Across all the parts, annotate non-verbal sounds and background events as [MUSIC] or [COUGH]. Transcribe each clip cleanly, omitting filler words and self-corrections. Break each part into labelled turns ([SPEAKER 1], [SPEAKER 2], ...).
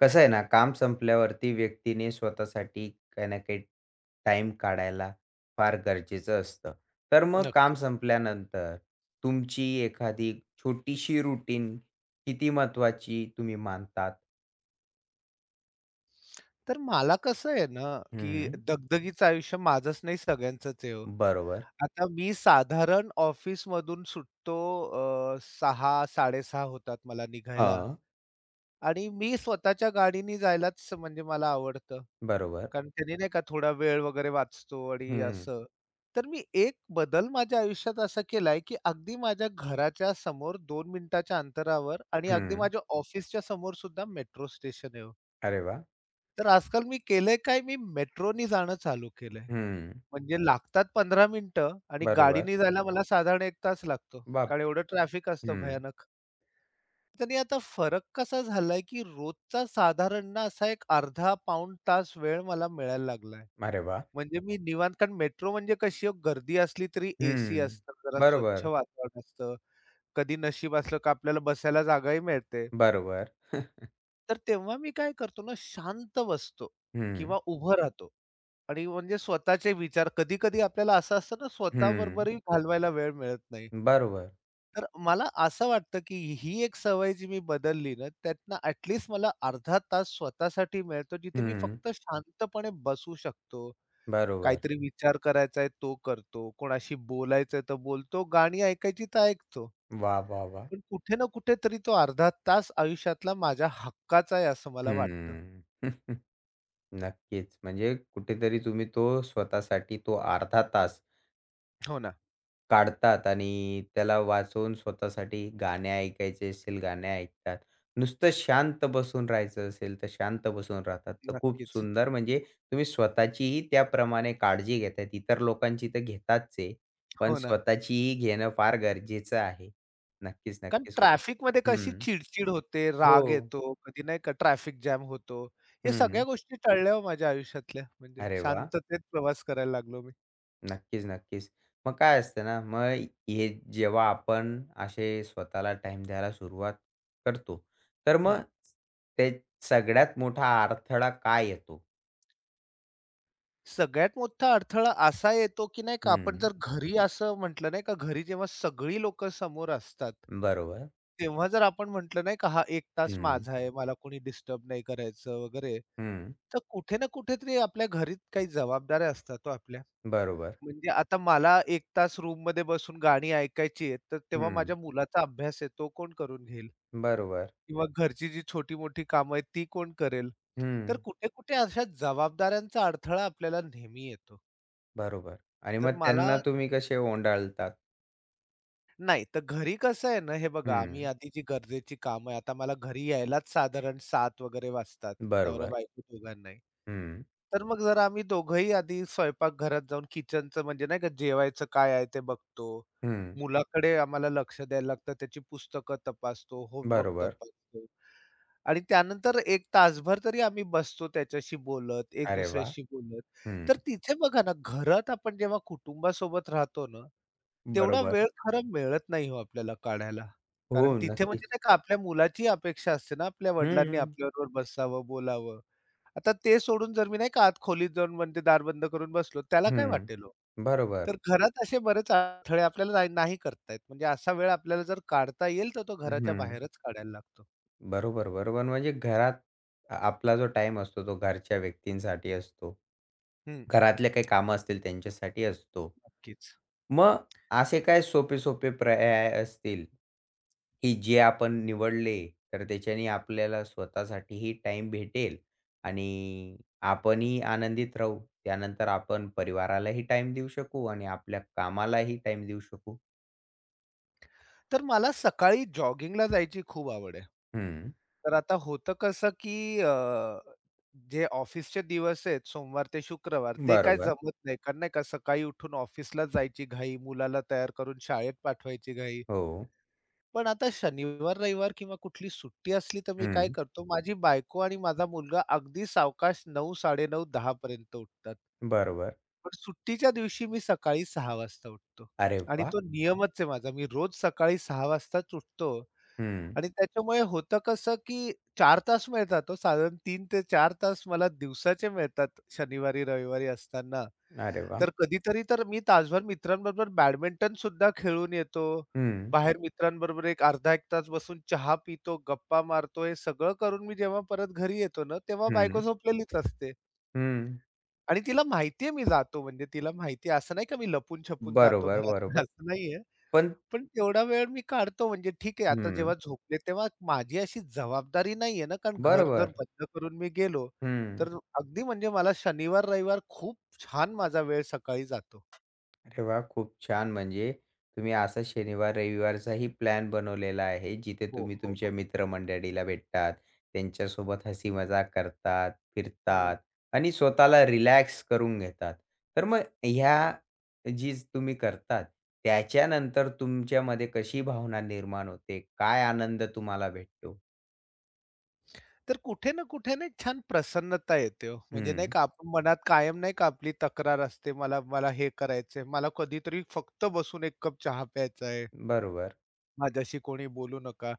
[SPEAKER 1] कसं आहे ना, काम संपल्यावरती व्यक्तीने स्वतःसाठी काही ना काही टाइम काढायला फार गरजेचं असतं. तर मग काम
[SPEAKER 2] नक्कीच.
[SPEAKER 1] संपल्यानंतर तुमची एखादी छोटीशी रुटीन किती महत्त्वाची तुम्ही मानतात?
[SPEAKER 2] तर मला कसं आहे ना, की
[SPEAKER 1] हं.
[SPEAKER 2] दगदगीचं आयुष्य माझंच नाही सगळ्यांचंच आहे हो.
[SPEAKER 1] बरोबर.
[SPEAKER 2] आता मी साधारण ऑफिसमधून सुटतो 6:00-6:30 होतात मला निघायला
[SPEAKER 1] हां.
[SPEAKER 2] आणि मी स्वतःच्या गाडीने जायलाच म्हणजे मला आवडतं.
[SPEAKER 1] बरोबर.
[SPEAKER 2] कारण त्यांनी नाही का थोडा वेळ वगैरे वाचतो आणि
[SPEAKER 1] हं,
[SPEAKER 2] असं. तर मी एक बदल माझ्या आयुष्यात असा केलाय, की अगदी माझ्या घराच्या समोर दोन मिनिटाच्या अंतरावर आणि अगदी
[SPEAKER 1] हं.
[SPEAKER 2] माझ्या ऑफिसच्या समोर सुद्धा मेट्रो स्टेशन आहे हो.
[SPEAKER 1] अरे वाह!
[SPEAKER 2] तर आजकाल मी केलंय काय, मी मेट्रोनी जाणं चालू केलंय.
[SPEAKER 1] हं.
[SPEAKER 2] म्हणजे लागतात 15 मिनिटं आणि
[SPEAKER 1] बरोबर.
[SPEAKER 2] गाडीने जायला मला साधारण 1 तास लागतो.
[SPEAKER 1] बाप
[SPEAKER 2] कारण एवढं ट्रॅफिक असतं
[SPEAKER 1] हं.
[SPEAKER 2] भयानक. त्याने आता फरक कसा झालाय, की रोजचा साधारण ना असा एक अर्धा पाऊण तास वेळ मला मिळायला लागलाय.
[SPEAKER 1] अरे वाह!
[SPEAKER 2] म्हणजे मी निवांत कारण मेट्रो म्हणजे कशी हो, गर्दी असली तरी एसी
[SPEAKER 1] हं.
[SPEAKER 2] असतं, जरा स्वच्छ
[SPEAKER 1] बरोबर,
[SPEAKER 2] वातावरण असतं. कधी नशीब असलं का आपल्याला बसायला जागाही मिळते.
[SPEAKER 1] बरोबर. [LAUGHS]
[SPEAKER 2] तर तेव्हा मी काय करतो ना, शांत बसतो
[SPEAKER 1] हं,
[SPEAKER 2] किंवा उभं राहतो आणि म्हणजे स्वतःचे विचार कधी-कधी आपल्याला असं असतं ना,
[SPEAKER 1] हं.
[SPEAKER 2] स्वतःबरोबरही घालवायला वेळ मिळत नाही.
[SPEAKER 1] बरोबर.
[SPEAKER 2] तर मला असं वाटतं, की ही एक सवय जी मी बदलली ना, त्यातनं ॲट मला अर्धा तास स्वतःसाठी मिळतो, जिथे मी
[SPEAKER 1] हं.
[SPEAKER 2] फक्त शांतपणे बसू शकतो.
[SPEAKER 1] बरोबर.
[SPEAKER 2] काहीतरी विचार करायचा आहे तो करतो, कोणाशी बोलायचं आहे तर बोलतो, गाणी ऐकायची तर ऐकतो.
[SPEAKER 1] वाह, वाह, वाह!
[SPEAKER 2] पण कुठे ना कुठेतरी तो अर्धा तास आयुष्यातला माझ्या हक्काचा आहे असं मला वाटतं.
[SPEAKER 1] हम्म. [LAUGHS] नक्कीच. म्हणजे कुठेतरी तुम्ही तो स्वतःसाठी तो अर्धा तास
[SPEAKER 2] हो ना,
[SPEAKER 1] काढतात आणि त्याला वाचवून स्वतःसाठी गाणे ऐकायचे असेल, गाणे ऐकतात. नुसतं शांत बसून राहायचं असेल, तर शांत बसून राहतात. तर खूप
[SPEAKER 2] नक्कीच.
[SPEAKER 1] सुंदर म्हणजे तुम्ही स्वतःचीही त्याप्रमाणे काळजी घेताय. इतर लोकांची तर घेताच आहे, पण
[SPEAKER 2] हो ना.
[SPEAKER 1] स्वतःचीही घेणं फार गरजेचं आहे. नक्कीच,
[SPEAKER 2] कारण
[SPEAKER 1] नक्कीच.
[SPEAKER 2] ट्रॅफिकमध्ये कशी
[SPEAKER 1] हं.
[SPEAKER 2] चिडचिड होते, राग
[SPEAKER 1] हो.
[SPEAKER 2] येतो, कधी नाही का ट्रॅफिक जॅम होतो. या सगळ्या
[SPEAKER 1] हं.
[SPEAKER 2] गोष्टी टळल्या हो माझ्या आयुष्यातल्या. म्हणजे
[SPEAKER 1] अरे वाह!
[SPEAKER 2] शांततेत प्रवास करायला लागलो मी.
[SPEAKER 1] नक्कीच, नक्कीच. मग काय असतं ना, मग हे जेव्हा आपण असे स्वतःला टाईम द्यायला सुरुवात करतो, तर
[SPEAKER 2] हं.
[SPEAKER 1] मग ते सगळ्यात मोठा अडथळा काय येतो?
[SPEAKER 2] सगळ्यात मोठा अडथळा असा येतो, की नाही का आपण
[SPEAKER 1] हं.
[SPEAKER 2] जर घरी असं म्हटलं नाही का, घरी जेव्हा सगळी लोकं समोर असतात,
[SPEAKER 1] बरोबर.
[SPEAKER 2] तेव्हा जर आपण म्हटलं नाही का, हा 1 तास
[SPEAKER 1] हं.
[SPEAKER 2] माझा आहे, मला कोणी डिस्टर्ब नाही करायचं वगैरे,
[SPEAKER 1] हं.
[SPEAKER 2] तर कुठे ना कुठेतरी आपल्या घरी काही जबाबदाऱ्या असतात हो आपल्या.
[SPEAKER 1] बरोबर.
[SPEAKER 2] म्हणजे आता मला 1 तास रूममध्ये बसून गाणी ऐकायची आहेत, तर तेव्हा
[SPEAKER 1] हं.
[SPEAKER 2] माझ्या मुलाचा अभ्यास आहे तो कोण करून घेईल?
[SPEAKER 1] बरोबर.
[SPEAKER 2] किंवा घरची जी छोटी-मोठी कामं आहेत ती कोण करेल? तर
[SPEAKER 1] हं.
[SPEAKER 2] कुठे-कुठे अशा जबाबदाऱ्यांचा अडथळा आपल्याला नेहमी येतो.
[SPEAKER 1] बरोबर. आणि
[SPEAKER 2] तर
[SPEAKER 1] मग
[SPEAKER 2] मला
[SPEAKER 1] त्यांना तुम्ही कसे ओंडाळतात?
[SPEAKER 2] नाही, तर घरी कसं आहे ना, हे बघा आम्ही
[SPEAKER 1] हं.
[SPEAKER 2] आधी जी गरजेची कामं आहे, आता मला घरी यायलाच साधारण 7 वगैरे वाजतात,
[SPEAKER 1] बरोबर.
[SPEAKER 2] नवरा-बायको दोघांनाही.
[SPEAKER 1] हं.
[SPEAKER 2] तर मग जरा आम्ही दोघंही आधी स्वयंपाकघरात जाऊन किचनचं म्हणजे नाही का जेवायचं काय आहे ते बघतो.
[SPEAKER 1] हं.
[SPEAKER 2] मुलाकडे आम्हाला लक्ष द्यायला लागतं. त्याची पुस्तकं तपासतो, होमवर्क
[SPEAKER 1] बरोबर.
[SPEAKER 2] तपासतो आणि त्यानंतर एक तासभर तरी आम्ही बसतो त्याच्याशी बोलत, एक
[SPEAKER 1] अरे वाह!
[SPEAKER 2] दुसऱ्याशी बोलत. तर
[SPEAKER 1] हं.
[SPEAKER 2] तिथे बघा ना, घरात आपण जेव्हा कुटुंबासोबत राहतो ना, तेवढा
[SPEAKER 1] बरोबर.
[SPEAKER 2] वेळ खरा मिळत नाही हो आपल्याला काढायला.
[SPEAKER 1] हो,
[SPEAKER 2] कारण तिथे म्हणजे
[SPEAKER 1] नक्कीच.
[SPEAKER 2] नाही का आपल्या मुलाची अपेक्षा असते ना, आपल्या वडिलांनी
[SPEAKER 1] हं.
[SPEAKER 2] आपल्याबरोबर बसावं, बोलावं. आता ते सोडून जर मी नाही का आत खोलीत जाऊन म्हणजे दार बंद करून बसलो, त्याला काय
[SPEAKER 1] हं.
[SPEAKER 2] वाटेल हो?
[SPEAKER 1] बरोबर.
[SPEAKER 2] तर घरात असे बरेच अडथळे आपल्याला नाही नाही करता येत. म्हणजे असा वेळ आपल्याला जर काढता येईल, तर तो घराच्या
[SPEAKER 1] हं.
[SPEAKER 2] बाहेरच काढायला लागतो.
[SPEAKER 1] बरोबर, बरोबर. म्हणजे घरात आपला जो टाईम असतो तो घरच्या व्यक्तींसाठी असतो.
[SPEAKER 2] हं,
[SPEAKER 1] घरातले काही कामं असतील त्यांच्यासाठी असतो.
[SPEAKER 2] नक्कीच.
[SPEAKER 1] मग असे काय सोपे-सोपे पर्याय असतील, की जे आपण निवडले तर त्याच्याने आपल्याला स्वतःसाठीही टाईम भेटेल आणि आपणही आनंदित राहू. त्यानंतर आपण परिवारालाही टाईम देऊ शकू आणि आपल्या कामालाही टाईम देऊ शकू.
[SPEAKER 2] तर मला सकाळी जॉगिंगला जायची खूप आवड आहे.
[SPEAKER 1] हं.
[SPEAKER 2] तर आता होतं कसं, की जे ऑफिसचे दिवस आहेत सोमवार ते शुक्रवार, ते काय
[SPEAKER 1] बरोबर.
[SPEAKER 2] जमत नाही. कारण नाही का सकाळी उठून ऑफिसला जायची घाई, मुलाला तयार करून शाळेत पाठवायची घाई.
[SPEAKER 1] हो.
[SPEAKER 2] पण आता शनिवार, रविवार किंवा कुठली सुट्टी असली तर मी काय
[SPEAKER 1] हं.
[SPEAKER 2] करतो, माझी बायको आणि माझा मुलगा अगदी सावकाश 9, 9:30, 10 पर्यंत उठतात.
[SPEAKER 1] बरोबर.
[SPEAKER 2] पण सुट्टीच्या दिवशी मी सकाळी 6 वाजता उठतो
[SPEAKER 1] अरे
[SPEAKER 2] आणि
[SPEAKER 1] वाह!
[SPEAKER 2] तो नियमच आहे माझा. मी रोज सकाळी 6 वाजताच उठतो
[SPEAKER 1] हं.
[SPEAKER 2] आणि त्याच्यामुळे होतं कसं, की 4 तास मिळतात हो. साधारण 3 ते 4 तास मला दिवसाचे मिळतात शनिवारी, रविवारी असताना.
[SPEAKER 1] अरे वाह!
[SPEAKER 2] तर कधीतरी तर मी तासभर मित्रांबरोबर बॅडमिंटन सुद्धा खेळून येतो.
[SPEAKER 1] हं,
[SPEAKER 2] बाहेर मित्रांबरोबर एक अर्धा एक तास बसून चहा पितो, गप्पा मारतो. हे सगळं करून मी जेव्हा परत घरी येतो ना, तेव्हा बायको
[SPEAKER 1] हं,
[SPEAKER 2] झोपलेलीच असते.
[SPEAKER 1] हं.
[SPEAKER 2] आणि तिला माहिती मी जातो म्हणजे तिला माहिती आहे. असं नाही का मी लपून-छपून जातो
[SPEAKER 1] बरोबर,
[SPEAKER 2] घरातनं
[SPEAKER 1] बरोबर.
[SPEAKER 2] [LAUGHS] असं नाहीये.
[SPEAKER 1] पण
[SPEAKER 2] पण तेवढा वेळ मी काढतो म्हणजे ठीक आहे आता
[SPEAKER 1] हं,
[SPEAKER 2] जेव्हा झोपले तेव्हा माझी अशी जबाबदारी नाहीये ना, कारण घर जर
[SPEAKER 1] बरोबर.
[SPEAKER 2] बंद करून मी गेलो,
[SPEAKER 1] हं.
[SPEAKER 2] तर अगदी म्हणजे मला शनिवार, रविवार खूप छान माझा वेळ सकाळी जातो.
[SPEAKER 1] अरे वाह! खूप छान. म्हणजे तुम्ही असा शनिवार, रविवारचाही प्लॅन बनवलेला आहे, जिथे
[SPEAKER 2] हो,
[SPEAKER 1] तुम्ही
[SPEAKER 2] हो,
[SPEAKER 1] तुमच्या
[SPEAKER 2] हो.
[SPEAKER 1] मित्रमंडळीला भेटतात, त्यांच्यासोबत हसी-मजाक करतात,
[SPEAKER 2] हं.
[SPEAKER 1] फिरतात आणि स्वतःला रिलॅक्स करून घेतात. तर मग ह्या जी तुम्ही करतात, त्याच्यानंतर तुमच्यामध्ये कशी भावना निर्माण होते? काय आनंद तुम्हाला भेटतो?
[SPEAKER 2] तर कुठे ना कुठे ना एक छान प्रसन्नता येते हो. म्हणजे नाही
[SPEAKER 1] हं,
[SPEAKER 2] का आपण मनात कायम नाही का आपली तक्रार असते, मला मला हे करायचंय, मला कधीतरी फक्त बसून एक कप चहा प्यायचा आहे,
[SPEAKER 1] बरोबर.
[SPEAKER 2] माझ्याशी कोणी बोलू नका.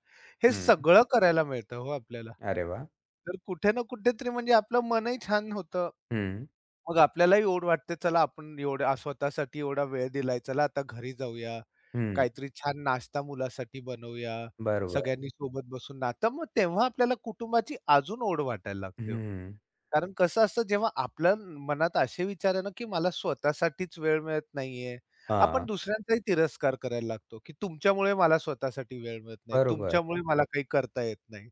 [SPEAKER 2] हे
[SPEAKER 1] हं.
[SPEAKER 2] सगळं करायला मिळतं हो आपल्याला.
[SPEAKER 1] अरे वाह!
[SPEAKER 2] तर कुठे ना कुठेतरी म्हणजे आपलं मनही छान होतं.
[SPEAKER 1] हं,
[SPEAKER 2] मग आपल्यालाही ओढ वाटते, चला आपण एवढा स्वतःसाठी एवढा वेळ दिलाय, चला आता घरी जाऊया.
[SPEAKER 1] हं.
[SPEAKER 2] काहीतरी छान नाश्ता मुलासाठी बनवूया,
[SPEAKER 1] बरोबर.
[SPEAKER 2] सगळ्यांनी सोबत बसून ना तर मग तेव्हा आपल्याला कुटुंबाची अजून ओढ वाटायला लागते हो.
[SPEAKER 1] हं.
[SPEAKER 2] कारण कसं असतं जेव्हा आपल्या मनात असे विचार आहे ना, की मला स्वतःसाठीच वेळ मिळत नाहीये, आपण
[SPEAKER 1] हां.
[SPEAKER 2] दुसऱ्यांचाही तिरस्कार करायला लागतो, की तुमच्यामुळे मला स्वतःसाठी वेळ मिळत नाही,
[SPEAKER 1] बरोबर.
[SPEAKER 2] तुमच्यामुळे मला काही करता येत नाही.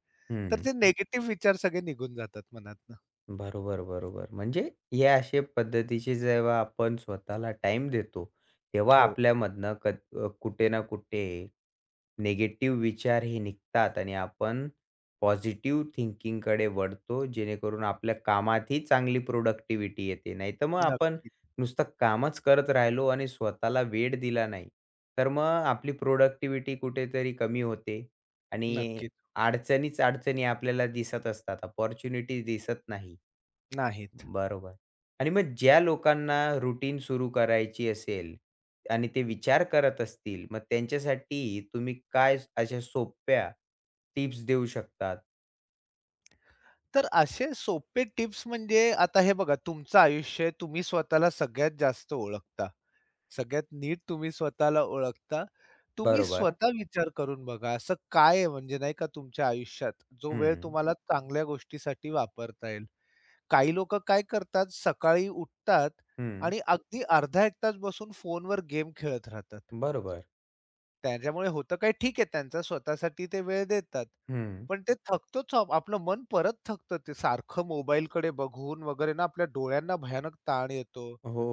[SPEAKER 2] तर
[SPEAKER 1] हं.
[SPEAKER 2] ते निगेटिव्ह विचार सगळे निघून जातात मनातनं.
[SPEAKER 1] बरोबर, बरोबर. म्हणजे हे असे पद्धतीचे जेव्हा आपण स्वतःला टाइम देतो, तेव्हा
[SPEAKER 2] हो,
[SPEAKER 1] कुठे ना कुठे निगेटिव्ह विचार हे निघतात आणि आपण पॉझिटिव्ह थिंकिंगकडे वळतो, जेणेकरून आपल्या कामातही चांगली प्रोडक्टिव्हिटी येते. नाहीतर मग आपण
[SPEAKER 2] नक्कीच,
[SPEAKER 1] नुसतं कामच करत राहिलो आणि स्वतःला वेळ दिला नाही, तर मग आपली प्रोडक्टिव्हिटी कुठेतरी कमी होते आणि
[SPEAKER 2] नक्कीच.
[SPEAKER 1] अडचणीच अडचणी आपल्याला दिसत असतात, अपॉर्च्युनिटीज दिसत नाही.
[SPEAKER 2] नाहीत.
[SPEAKER 1] बरोबर. आणि मग ज्या लोकांना रुटीन सुरू करायची असेल आणि ते विचार करत असतील, मग त्यांच्यासाठी तुम्ही अशा सोप्या टिप्स देऊ शकतात?
[SPEAKER 2] तर असे सोपे टिप्स म्हणजे आता हे बघा तुमचं आयुष्य आहे, तुम्ही स्वतःला सगळ्यात जास्त ओळखता. सगळ्यात नीट तुम्ही स्वतःला ओळखता. तुम्ही
[SPEAKER 1] बरोबर.
[SPEAKER 2] स्वतः विचार करून बघा, असं काय आहे म्हणजे नाही का तुमच्या आयुष्यात, जो वेळ
[SPEAKER 1] हं,
[SPEAKER 2] तुम्हाला चांगल्या गोष्टीसाठी वापरता येईल? काही लोकं काय करतात, सकाळी उठतात
[SPEAKER 1] हं.
[SPEAKER 2] आणि अगदी अर्धा 1 तास बसून फोनवर गेम खेळत राहतात.
[SPEAKER 1] बरोबर.
[SPEAKER 2] त्याच्यामुळे होतं काय, ठीक आहे त्यांचा स्वतःसाठी ते वेळ देतात.
[SPEAKER 1] हं.
[SPEAKER 2] पण ते थकतोच आहो आपलं मन परत थकतं ते सारखं मोबाईलकडे बघून वगैरे ना आपल्या डोळ्यांना भयानक ताण येतो.
[SPEAKER 1] हो.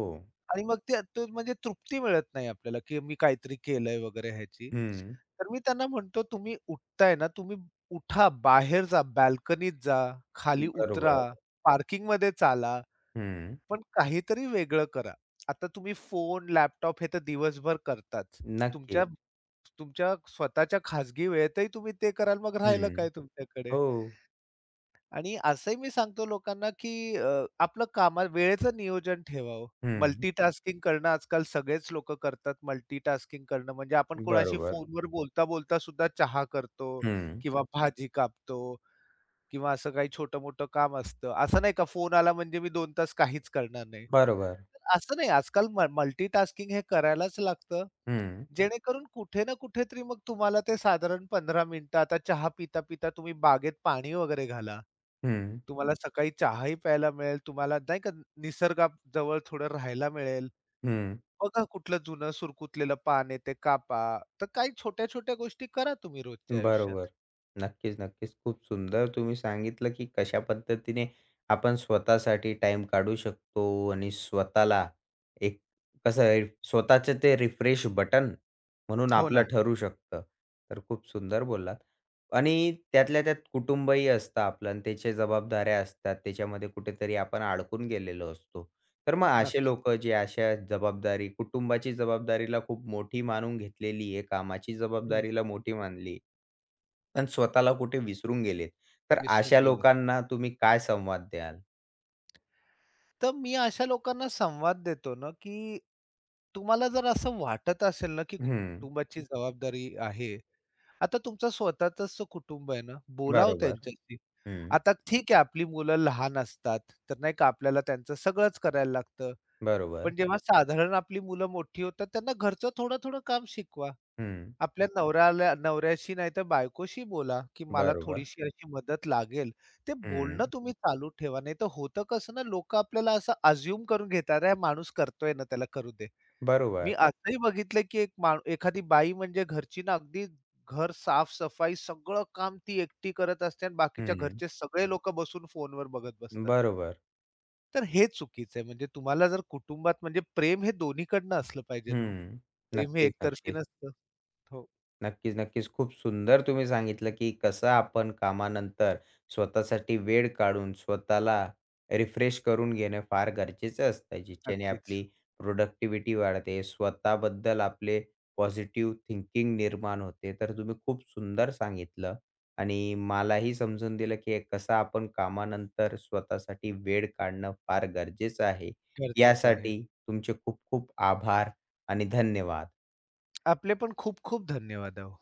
[SPEAKER 2] आणि मग ते तो म्हणजे तृप्ती मिळत नाही आपल्याला, की मी काहीतरी केलंय वगैरे ह्याची.
[SPEAKER 1] हं.
[SPEAKER 2] तर मी त्यांना म्हणतो, "तुम्ही उठताय ना, तुम्ही उठा, बाहेर जा, बाल्कनीत जा, खाली उतरा,
[SPEAKER 1] बरोबर.
[SPEAKER 2] पार्किंगमध्ये चाला,
[SPEAKER 1] हं.
[SPEAKER 2] पण काहीतरी वेगळं करा." आता तुम्ही फोन, लॅपटॉप हे तर दिवसभर करताच. तुमच्या
[SPEAKER 1] नक्कीच.
[SPEAKER 2] तुमच्या स्वतःच्या खाजगी वेळेतही तुम्ही ते कराल, मग राहिलं
[SPEAKER 1] हं.
[SPEAKER 2] काय तुमच्याकडे?
[SPEAKER 1] हो.
[SPEAKER 2] आणि असंही मी सांगतो लोकांना, की आपलं कामा वेळेचं नियोजन ठेवावं.
[SPEAKER 1] हं.
[SPEAKER 2] मल्टीटास्किंग करणं आजकाल सगळेच लोकं करतात. मल्टीटास्किंग करणं म्हणजे आपण कोणाशी
[SPEAKER 1] बरोबर.
[SPEAKER 2] फोनवर बोलता-बोलता सुद्धा चहा करतो
[SPEAKER 1] हं.
[SPEAKER 2] किंवा भाजी कापतो किंवा असं काही छोटं-मोठं काम असतं. असं नाही का फोन आला म्हणजे मी 2 तास काहीच करणार नाही.
[SPEAKER 1] बरोबर.
[SPEAKER 2] तर असं नाही आजकाल मल्टीटास्किंग हे करायलाच लागतं.
[SPEAKER 1] हं,
[SPEAKER 2] जेणेकरून कुठे ना कुठेतरी मग तुम्हाला ते साधारण 15 मिनिटं आता चहा पिता-पिता तुम्ही बागेत पाणी वगैरे घाला.
[SPEAKER 1] हं,
[SPEAKER 2] तुम्हाला सकाळी चहाही प्यायला मिळेल, तुम्हाला नाही का निसर्गाजवळ थोडं राहायला मिळेल.
[SPEAKER 1] हं.
[SPEAKER 2] बघा कुठलं जुनं सुरकुतलेलं पान आहे ते कापा. तर काही छोट्या-छोट्या गोष्टी करा तुम्ही रोजच्या आयुष्यात.
[SPEAKER 1] बरोबर. नक्कीच, नक्कीच. खूप सुंदर तुम्ही सांगितलं, की कशा पद्धतीने आपण स्वतःसाठी टाइम काढू शकतो आणि स्वतःला एक कसं आहे स्वतःचं ते रिफ्रेश बटन म्हणून
[SPEAKER 2] हो
[SPEAKER 1] आपलं
[SPEAKER 2] ना,
[SPEAKER 1] ठरू शकतं. तर खूप सुंदर बोललात. आणि त्यातल्या त्यात कुटुंबही असतं आपलं आणि त्याच्या जबाबदाऱ्या असतात. त्याच्यामध्ये कुठेतरी आपण अडकून गेलेलो असतो. तर मग असे
[SPEAKER 2] नक्की.
[SPEAKER 1] लोकं जे अशा जबाबदारी कुटुंबाची जबाबदारीला खूप मोठी मानून घेतलेली आहे, कामाची
[SPEAKER 2] हं, हं.
[SPEAKER 1] जबाबदारीला मोठी मानली. पण स्वतःला कुठे विसरून गेलेत. तर
[SPEAKER 2] विसरून
[SPEAKER 1] अशा
[SPEAKER 2] गेले.
[SPEAKER 1] लोकांना तुम्ही काय संवाद द्याल?
[SPEAKER 2] तर मी अशा लोकांना संवाद देतो ना, की तुम्हाला जर असं वाटत असेल ना, की
[SPEAKER 1] हं.
[SPEAKER 2] कुटुंबाची जबाबदारी आहे. आता तुमचं स्वतःचंच कुटुंब आहे ना, बोलावं
[SPEAKER 1] बरोबर.
[SPEAKER 2] त्यांच्याशी.
[SPEAKER 1] हं.
[SPEAKER 2] आता ठीक आहे आपली मुलं लहान असतात, तर नाही का आपल्याला त्यांचं सगळंच करायला लागतं.
[SPEAKER 1] बरोबर.
[SPEAKER 2] पण जेव्हा साधारण आपली मुलं मोठी होतात, त्यांना घरचं थोडं-थोडं काम शिकवा.
[SPEAKER 1] हं.
[SPEAKER 2] आपल्या नवऱ्याला नवऱ्याशी नाहीतर बायकोशी बोला, की मला
[SPEAKER 1] बरोबर.
[SPEAKER 2] थोडीशी अशी मदत लागेल. ते बोलणं
[SPEAKER 1] हं.
[SPEAKER 2] तुम्ही चालू ठेवा. नाहीतर होतं कसं ना, लोकं आपल्याला असं अझ्युम करून घेतात, "अरे, हा माणूस करतोय ना, त्याला करू दे." मी
[SPEAKER 1] बरोबर.
[SPEAKER 2] असंही बघितलंय, की एक माण एखादी बाई म्हणजे घरची ना, अगदी घर साफ सगळं काम ती एकटी करत असते आणि बाकीच्या
[SPEAKER 1] हं.
[SPEAKER 2] घरचे सगळे लोकं बसून फोनवर बघत बसतात.
[SPEAKER 1] बरोबर.
[SPEAKER 2] तर हे चुकीचं आहे. म्हणजे तुम्हाला जर कुटुंबात म्हणजे प्रेम हे दोन्हीकडनं असलं पाहिजे ना हो.
[SPEAKER 1] हं.
[SPEAKER 2] प्रेम हे
[SPEAKER 1] नक्कीच,
[SPEAKER 2] एकतर्फी
[SPEAKER 1] नक्कीच.
[SPEAKER 2] नसतं. हो,
[SPEAKER 1] नक्कीच, नक्कीच. खूप सुंदर तुम्ही सांगितलं, की कसं आपण कामानंतर स्वतःसाठी वेळ काढून स्वतःला रिफ्रेश करून घेणं फार गरजेचं असतं. ज्याच्याने
[SPEAKER 2] नक्कीच.
[SPEAKER 1] आपली प्रोडक्टिव्हिटी वाढते. स्वतःबद्दल आपले पॉझिटिव्ह थिंकिंग निर्माण होते. तर तुम्ही खूप सुंदर सांगितलं आणि मलाही समजून दिलं, की कसं आपण कामानंतर स्वतःसाठी वेळ काढणं फार गरजेचं आहे.
[SPEAKER 2] गरजेचं आहे.
[SPEAKER 1] यासाठी तुमचे खूप खूप आभार आणि धन्यवाद.
[SPEAKER 2] आपले पण खूप खूप धन्यवाद अहो.